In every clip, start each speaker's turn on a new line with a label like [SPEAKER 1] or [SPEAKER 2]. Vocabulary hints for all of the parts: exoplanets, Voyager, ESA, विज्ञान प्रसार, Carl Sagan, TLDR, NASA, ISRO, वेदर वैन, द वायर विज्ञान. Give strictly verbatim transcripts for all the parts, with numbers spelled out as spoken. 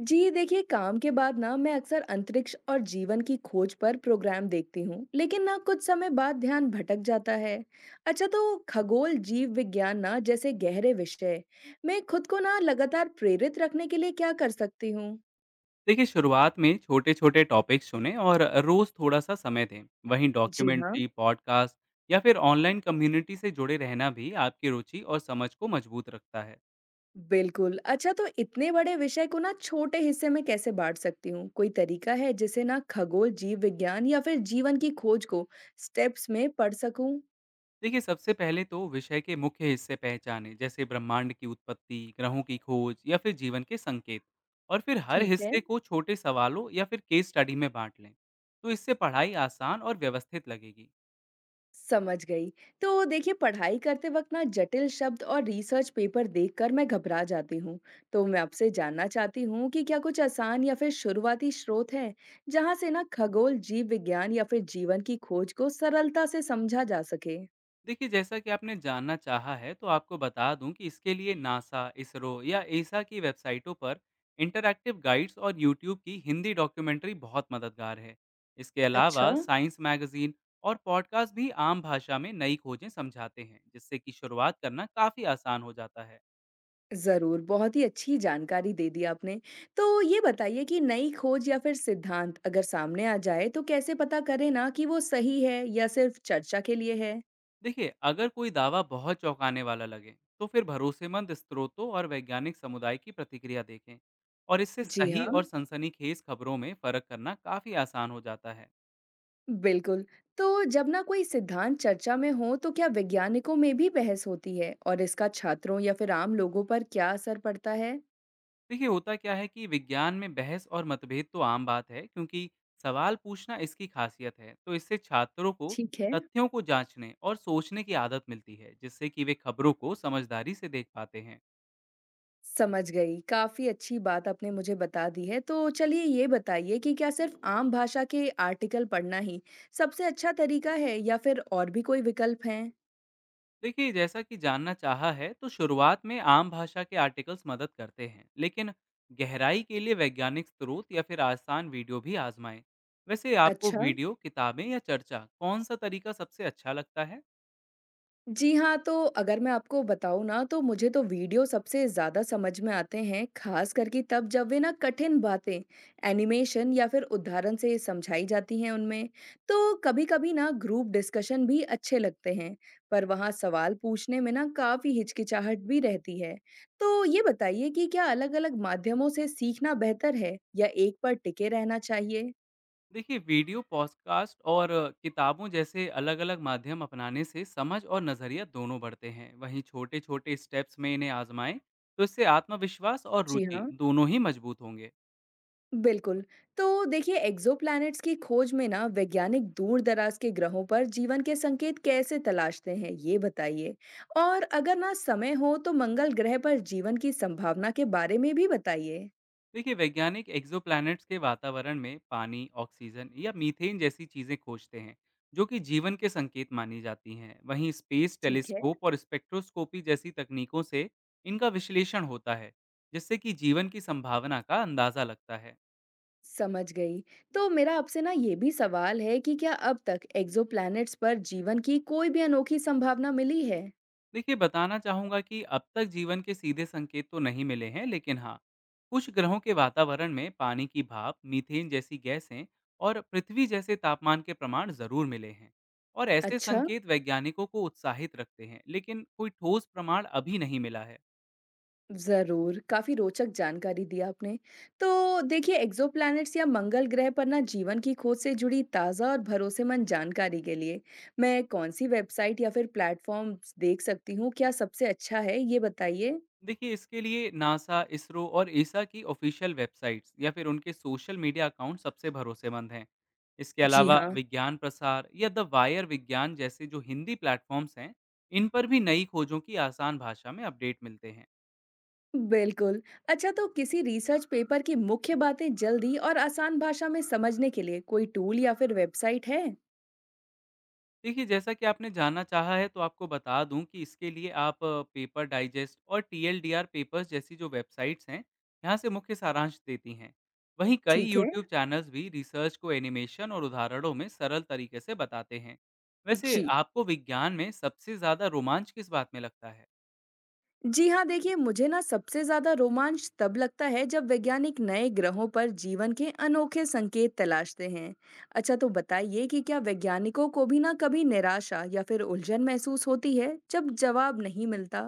[SPEAKER 1] जी देखिए, काम के बाद ना मैं अक्सर अंतरिक्ष और जीवन की खोज पर प्रोग्राम देखती हूँ, लेकिन ना कुछ समय बाद ध्यान भटक जाता है। अच्छा, तो खगोल जीव विज्ञान ना जैसे गहरे विषय मैं खुद को ना लगातार प्रेरित रखने के लिए क्या कर सकती हूँ?
[SPEAKER 2] देखिए, शुरुआत में छोटे छोटे टॉपिक्स चुनें और रोज थोड़ा सा समय दें। वहीं
[SPEAKER 1] जी हाँ।
[SPEAKER 2] डॉक्यूमेंट्री, पॉडकास्ट या फिर ऑनलाइन कम्युनिटी से जुड़े रहना भी आपकी रुचि और समझ को मजबूत रखता है।
[SPEAKER 1] बिल्कुल। अच्छा, तो इतने बड़े विषय को ना छोटे हिस्से में कैसे बांट सकती हूँ? कोई तरीका है जिससे ना खगोल जीव विज्ञान या फिर जीवन की खोज को स्टेप्स में पढ़ सकूं?
[SPEAKER 2] देखिए, सबसे पहले तो विषय के मुख्य हिस्से पहचानें, जैसे ब्रह्मांड की उत्पत्ति, ग्रहों की खोज या फिर जीवन के संकेत, और फिर हर
[SPEAKER 1] ठीक है।
[SPEAKER 2] हिस्से को छोटे सवालों या फिर केस स्टडी में बांट लें। तो इससे पढ़ाई आसान और व्यवस्थित लगेगी।
[SPEAKER 1] समझ गई। तो देखिए, पढ़ाई करते वक़्त ना जटिल शब्द और रिसर्च पेपर देखकर मैं घबरा जाती हूँ। तो मैं आपसे जानना चाहती हूँ कि क्या कुछ आसान या फिर शुरुआती स्रोत हैं, जहाँ से ना खगोल, जीव विज्ञान या फिर जीवन की खोज को सरलता से समझा जा सके?
[SPEAKER 2] देखिए, जैसा कि आपने जानना चाहा है तो आपको बता दूं कि इसके लिए नासा, इसरो या एसा की वेबसाइटों पर इंटरैक्टिव गाइड्स और यूट्यूब की हिंदी डॉक्यूमेंट्री बहुत मददगार है। इसके
[SPEAKER 1] अच्छा,
[SPEAKER 2] अलावा साइंस मैगजीन और पॉडकास्ट भी आम भाषा में नई खोजें समझाते हैं, जिससे कि शुरुआत करना काफ़ी आसान हो जाता है।
[SPEAKER 1] ज़रूर। बहुत ही अच्छी जानकारी दे दी आपने। तो ये बताइए कि नई खोज या फिर सिद्धांत अगर सामने आ जाए तो कैसे पता करें ना कि वो सही है या सिर्फ़ चर्चा के लिए है?
[SPEAKER 2] देखिए, अगर कोई दावा बहुत चौंकाने वाला लगे तो फिर भरोसेमंद स्रोतों और वैज्ञानिक समुदाय की प्रतिक्रिया देखें, और इससे
[SPEAKER 1] जी
[SPEAKER 2] सही और
[SPEAKER 1] हाँ।
[SPEAKER 2] सनसनीखेज खबरों में फ़र्क करना काफ़ी आसान हो जाता है।
[SPEAKER 1] बिल्कुल। तो जब ना कोई सिद्धांत चर्चा में हो तो क्या वैज्ञानिकों में भी बहस होती है, और इसका छात्रों या फिर आम लोगों पर क्या असर पड़ता है?
[SPEAKER 2] देखिए, होता क्या है कि विज्ञान में बहस और मतभेद तो आम बात है, क्योंकि सवाल पूछना इसकी खासियत है। तो इससे छात्रों को
[SPEAKER 1] ठीक है,
[SPEAKER 2] तथ्यों को जांचने और सोचने की आदत मिलती है, जिससे कि वे खबरों को समझदारी से देख पाते हैं।
[SPEAKER 1] समझ गई। काफी अच्छी बात आपने मुझे बता दी है। तो चलिए, ये बताइए कि क्या सिर्फ आम भाषा के आर्टिकल पढ़ना ही सबसे अच्छा तरीका है, या फिर और भी कोई विकल्प हैं?
[SPEAKER 2] देखिए, जैसा कि जानना चाहा है तो शुरुआत में आम भाषा के आर्टिकल्स मदद करते हैं, लेकिन गहराई के लिए वैज्ञानिक स्रोत या फिर आसान वीडियो भी आजमाएं। वैसे आपको
[SPEAKER 1] अच्छा।
[SPEAKER 2] वीडियो, किताबें या चर्चा, कौन सा तरीका सबसे अच्छा लगता है?
[SPEAKER 1] जी हाँ, तो अगर मैं आपको बताऊँ ना, तो मुझे तो वीडियो सबसे ज़्यादा समझ में आते हैं, ख़ास करके तब जब वे ना कठिन बातें एनिमेशन या फिर उदाहरण से समझाई जाती हैं उनमें। तो कभी-कभी ना ग्रुप डिस्कशन भी अच्छे लगते हैं, पर वहाँ सवाल पूछने में ना काफ़ी हिचकिचाहट भी रहती है। तो ये बताइए कि क्या अलग-अलग माध्यमों से सीखना बेहतर है, या एक पर टिके रहना चाहिए?
[SPEAKER 2] देखिए, वीडियो, पॉडकास्ट और अ, किताबों जैसे अलग अलग माध्यम अपनाने से समझ और नज़रिया दोनों बढ़ते हैं। वहीं छोटे छोटे स्टेप्स में इन्हें आजमाएं। तो इससे आत्मविश्वास और
[SPEAKER 1] जी
[SPEAKER 2] रुचि
[SPEAKER 1] हाँ।
[SPEAKER 2] दोनों ही मजबूत होंगे।
[SPEAKER 1] बिल्कुल। तो देखिए, एक्सोप्लैनेट्स की खोज में ना वैज्ञानिक दूर दराज के ग्रहों पर जीवन के संकेत कैसे तलाशते हैं, ये बताइए। और अगर ना समय हो तो मंगल ग्रह पर जीवन की संभावना के बारे में भी बताइए।
[SPEAKER 2] देखिए, वैज्ञानिक एक्सोप्लैनेट्स के वातावरण में पानी, ऑक्सीजन या मीथेन जैसी चीज़ें खोजते हैं, जो कि जीवन के संकेत मानी जाती हैं। वहीं स्पेस
[SPEAKER 1] ठीक है।
[SPEAKER 2] टेलीस्कोप और स्पेक्ट्रोस्कोपी जैसी तकनीकों से इनका विश्लेषण होता है, जिससे कि जीवन की संभावना का अंदाज़ा लगता है।
[SPEAKER 1] समझ गई। तो मेरा आपसे ना ये भी सवाल है कि क्या अब तक एक्सोप्लैनेट्स पर जीवन की कोई भी अनोखी संभावना मिली है?
[SPEAKER 2] देखिए, बताना चाहूँगा कि अब तक जीवन के सीधे संकेत तो नहीं मिले हैं, लेकिन हाँ, कुछ ग्रहों के वातावरण में पानी की भाप, मीथेन जैसी गैसें और पृथ्वी जैसे तापमान के प्रमाण जरूर मिले हैं। और ऐसे
[SPEAKER 1] अच्छा।
[SPEAKER 2] संकेत वैज्ञानिकों को उत्साहित रखते हैं, लेकिन कोई ठोस प्रमाण अभी नहीं मिला है।
[SPEAKER 1] ज़रूर, काफ़ी रोचक जानकारी दी आपने। तो देखिए, एक्सोप्लैनेट्स या मंगल ग्रह पर ना जीवन की खोज से जुड़ी ताज़ा और भरोसेमंद जानकारी के लिए मैं कौन-सी वेबसाइट या फिर प्लेटफ़ॉर्म्स देख सकती हूँ? क्या सबसे अच्छा है, ये बताइए?
[SPEAKER 2] देखिए, इसके लिए नासा, इसरो और ईसा की ऑफ़िशियल वेबसाइट्स या फिर उनके सोशल मीडिया अकाउंट सबसे भरोसेमंद हैं। इसके
[SPEAKER 1] जी
[SPEAKER 2] अलावा
[SPEAKER 1] हाँ।
[SPEAKER 2] विज्ञान प्रसार या द वायर विज्ञान जैसे जो हिंदी प्लेटफ़ॉर्म्स हैं, इन पर भी नई खोजों की आसान भाषा में अपडेट मिलते हैं।
[SPEAKER 1] बिल्कुल। अच्छा, तो किसी रिसर्च पेपर की मुख्य बातें जल्दी और आसान भाषा में समझने के लिए कोई टूल या फिर वेबसाइट है?
[SPEAKER 2] देखिए, जैसा कि आपने जानना चाहा है तो आपको बता दूँ कि इसके लिए आप अ, पेपर डाइजेस्ट और T L D R papers जैसी जो वेबसाइट्स हैं, यहाँ से मुख्य सारांश देती हैं। वहीं कई
[SPEAKER 1] ठीक है।
[SPEAKER 2] यूट्यूब चैनल्स भी रिसर्च को एनिमेशन और उदाहरणों में सरल तरीके से बताते हैं। वैसे
[SPEAKER 1] जी।
[SPEAKER 2] आपको विज्ञान में सबसे ज़्यादा रोमांच किस बात में लगता है?
[SPEAKER 1] जी हाँ, देखिए, मुझे ना सबसे ज्यादा रोमांच तब लगता है जब वैज्ञानिक नए ग्रहों पर जीवन के अनोखे संकेत तलाशते हैं। अच्छा, तो बताइए कि क्या वैज्ञानिकों को भी ना कभी निराशा या फिर उलझन महसूस होती है जब जवाब नहीं मिलता?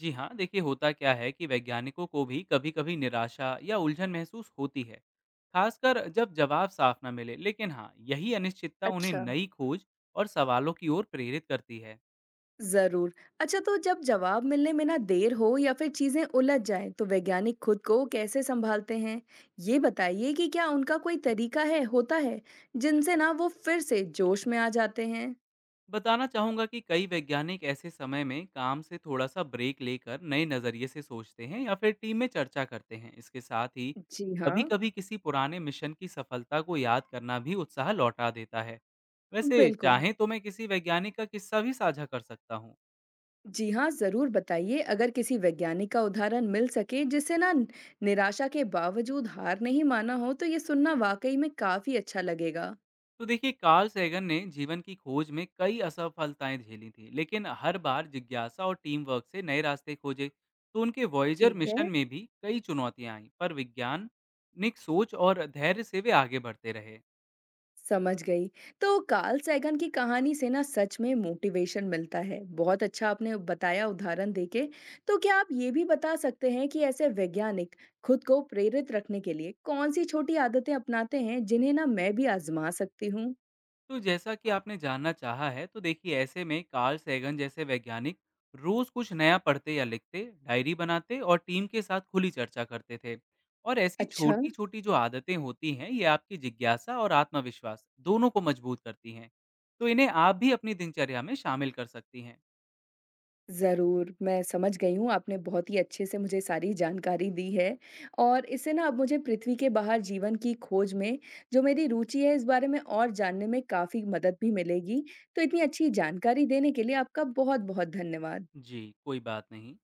[SPEAKER 2] जी हाँ, देखिए, होता क्या है कि वैज्ञानिकों को भी कभी कभी निराशा या उलझन महसूस होती है, खासकर जब जवाब साफ ना मिले। लेकिन हाँ, यही अनिश्चितता उन्हें
[SPEAKER 1] अच्छा।
[SPEAKER 2] नई खोज और सवालों की ओर प्रेरित करती है।
[SPEAKER 1] जरूर। अच्छा, तो जब जवाब मिलने में ना देर हो या फिर चीजें उलझ जाएं तो वैज्ञानिक खुद को कैसे संभालते हैं, ये बताइए। कि क्या उनका कोई तरीका है होता है जिनसे ना वो फिर से जोश में आ जाते हैं?
[SPEAKER 2] बताना चाहूँगा कि कई वैज्ञानिक ऐसे समय में काम से थोड़ा सा ब्रेक लेकर नए नज़रिए से सोचते हैं या फिर टीम में चर्चा करते हैं। इसके साथ ही
[SPEAKER 1] जी हाँ।
[SPEAKER 2] कभी कभी किसी पुराने मिशन की सफलता को याद करना भी उत्साह लौटा देता है। वैसे
[SPEAKER 1] बिल्कुल।
[SPEAKER 2] चाहें तो मैं किसी वैज्ञानिक का किस्सा भी साझा कर सकता हूँ।
[SPEAKER 1] जी हाँ, ज़रूर बताइए, अगर किसी वैज्ञानिक का उदाहरण मिल सके जिससे ना न- निराशा के बावजूद हार नहीं माना हो, तो ये सुनना वाक़ई में काफ़ी अच्छा लगेगा।
[SPEAKER 2] तो देखिए, कार्ल सैगन ने जीवन की खोज में कई असफलताएं झेली थी, लेकिन हर बार जिज्ञासा और टीम वर्क से नए रास्ते खोजे। तो उनके वॉयजर
[SPEAKER 1] ठीक
[SPEAKER 2] मिशन
[SPEAKER 1] है,
[SPEAKER 2] में भी कई चुनौतियां आईं, पर वैज्ञानिक सोच और धैर्य से वे आगे बढ़ते रहे।
[SPEAKER 1] समझ गई। तो कार्ल सैगन की कहानी से ना सच में मोटिवेशन मिलता है। बहुत अच्छा आपने बताया उदाहरण देके। तो क्या आप ये भी बता सकते हैं कि ऐसे वैज्ञानिक खुद को प्रेरित रखने के लिए कौन-सी छोटी आदतें अपनाते हैं जिन्हें ना मैं भी आज़मा सकती हूँ?
[SPEAKER 2] तो जैसा कि आपने जानना चाहा है तो देखिए, ऐसे में कार्ल सैगन जैसे वैज्ञानिक रोज कुछ नया पढ़ते या लिखते, डायरी बनाते और टीम के साथ खुली चर्चा करते थे। और ऐसी
[SPEAKER 1] अच्छा।
[SPEAKER 2] छोटी छोटी जो आदतें होती हैं, ये आपकी जिज्ञासा और आत्मविश्वास दोनों को मजबूत करती हैं। तो इन्हें आप भी अपनी दिनचर्या में शामिल कर सकती हैं।
[SPEAKER 1] ज़रूर, मैं समझ गई हूँ, आपने बहुत ही अच्छे से मुझे सारी जानकारी दी है, और इससे ना अब मुझे पृथ्वी के बाहर जीवन की खोज में, जो मेरी रुचि है, इस बारे में और जानने में काफ़ी मदद भी मिलेगी। तो इतनी अच्छी जानकारी देने के लिए आपका बहुत-बहुत धन्यवाद।
[SPEAKER 2] जी, कोई बात नहीं।